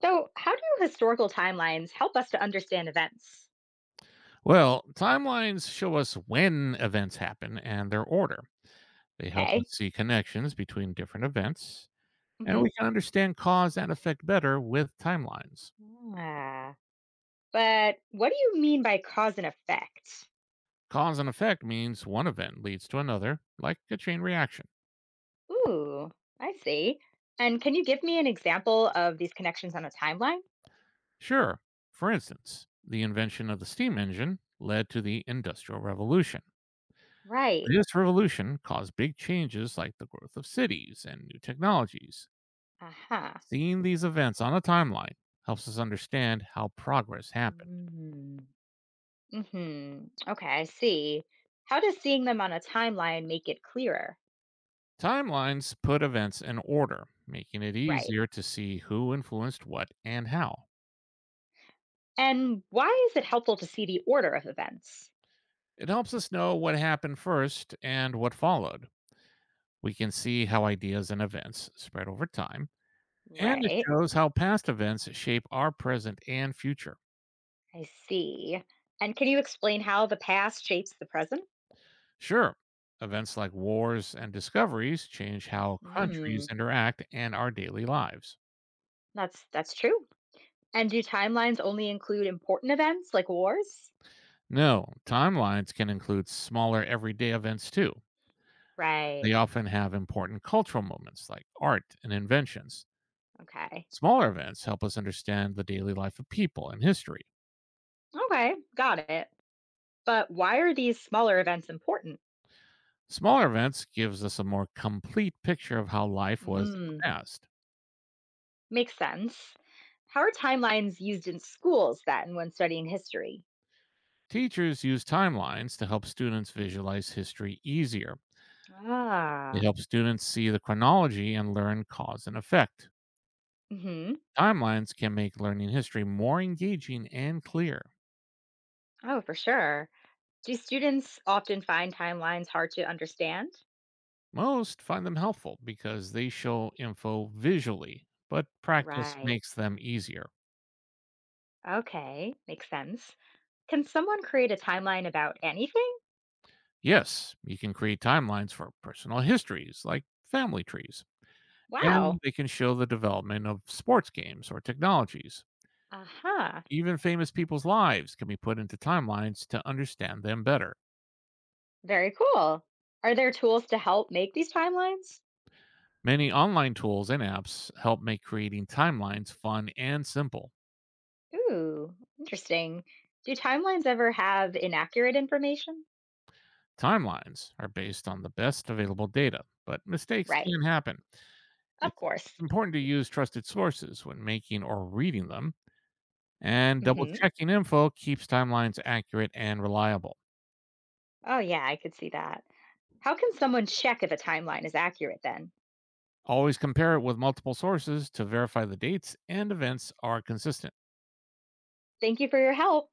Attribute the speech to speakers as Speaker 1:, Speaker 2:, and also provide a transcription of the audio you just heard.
Speaker 1: So, how do historical timelines help us to understand events?
Speaker 2: Well, timelines show us when events happen and their order. They help us
Speaker 1: Okay.
Speaker 2: see connections between different events, and we
Speaker 1: Hmm.
Speaker 2: can understand cause and effect better with timelines.
Speaker 1: Ah, but what do you mean by cause and effect?
Speaker 2: Cause and effect means one event leads to another, like a chain reaction.
Speaker 1: Ooh, I see. And can you give me an example of these connections on a timeline?
Speaker 2: Sure, for instance, the invention of the steam engine led to the Industrial Revolution.
Speaker 1: Right.
Speaker 2: This revolution caused big changes like the growth of cities and new technologies.
Speaker 1: Aha.
Speaker 2: Seeing these events on a timeline helps us understand how progress happened.
Speaker 1: Mm-hmm. Hmm. Okay, I see. How does seeing them on a timeline make it clearer?
Speaker 2: Timelines put events in order, making it
Speaker 1: Right.
Speaker 2: easier to see who influenced what and how.
Speaker 1: And why is it helpful to see the order of events?
Speaker 2: It helps us know what happened first and what followed. We can see how ideas and events spread over time, and it
Speaker 1: Right.
Speaker 2: shows how past events shape our present and future.
Speaker 1: I see. And can you explain how the past shapes the present?
Speaker 2: Sure, events like wars and discoveries change how
Speaker 1: Hmm,
Speaker 2: countries interact and our daily lives.
Speaker 1: that's true. And do timelines only include important events like wars?
Speaker 2: No, timelines can include smaller everyday events too.
Speaker 1: Right.
Speaker 2: They often have important cultural moments like art and inventions.
Speaker 1: Okay.
Speaker 2: Smaller events help us understand the daily life of people and history.
Speaker 1: Okay, got it. But why are these smaller events important?
Speaker 2: Smaller events gives us a more complete picture of how life was in
Speaker 1: Hmm,
Speaker 2: the past.
Speaker 1: makes sense. How are timelines used in schools then when studying history?
Speaker 2: Teachers use timelines to help students visualize history easier. They
Speaker 1: Ah.
Speaker 2: help students see the chronology and learn cause and effect.
Speaker 1: Mhm.
Speaker 2: Timelines can make learning history more engaging and clear.
Speaker 1: Oh, for sure. Do students often find timelines hard to understand?
Speaker 2: Most find them helpful because they show info visually, but practice
Speaker 1: Right.
Speaker 2: makes them easier.
Speaker 1: Okay, makes sense. Can someone create a timeline about anything?
Speaker 2: Yes, you can create timelines for personal histories like family trees, and
Speaker 1: Wow.
Speaker 2: they can show the development of sports games or technologies.
Speaker 1: Aha.
Speaker 2: Even famous people's lives can be put into timelines to understand them better.
Speaker 1: Very cool. Are there tools to help make these timelines?
Speaker 2: Many online tools and apps help make creating timelines fun and simple.
Speaker 1: Ooh, interesting. Do timelines ever have inaccurate information?
Speaker 2: Timelines are based on the best available data, but mistakes
Speaker 1: Right.
Speaker 2: can happen.
Speaker 1: Of
Speaker 2: It's
Speaker 1: course.
Speaker 2: it's important to use trusted sources when making or reading them, and double
Speaker 1: Mhm.
Speaker 2: checking info keeps timelines accurate and reliable.
Speaker 1: Oh yeah, I could see that. How can someone check if a timeline is accurate then?
Speaker 2: Always compare it with multiple sources to verify the dates and events are consistent.
Speaker 1: Thank you for your help.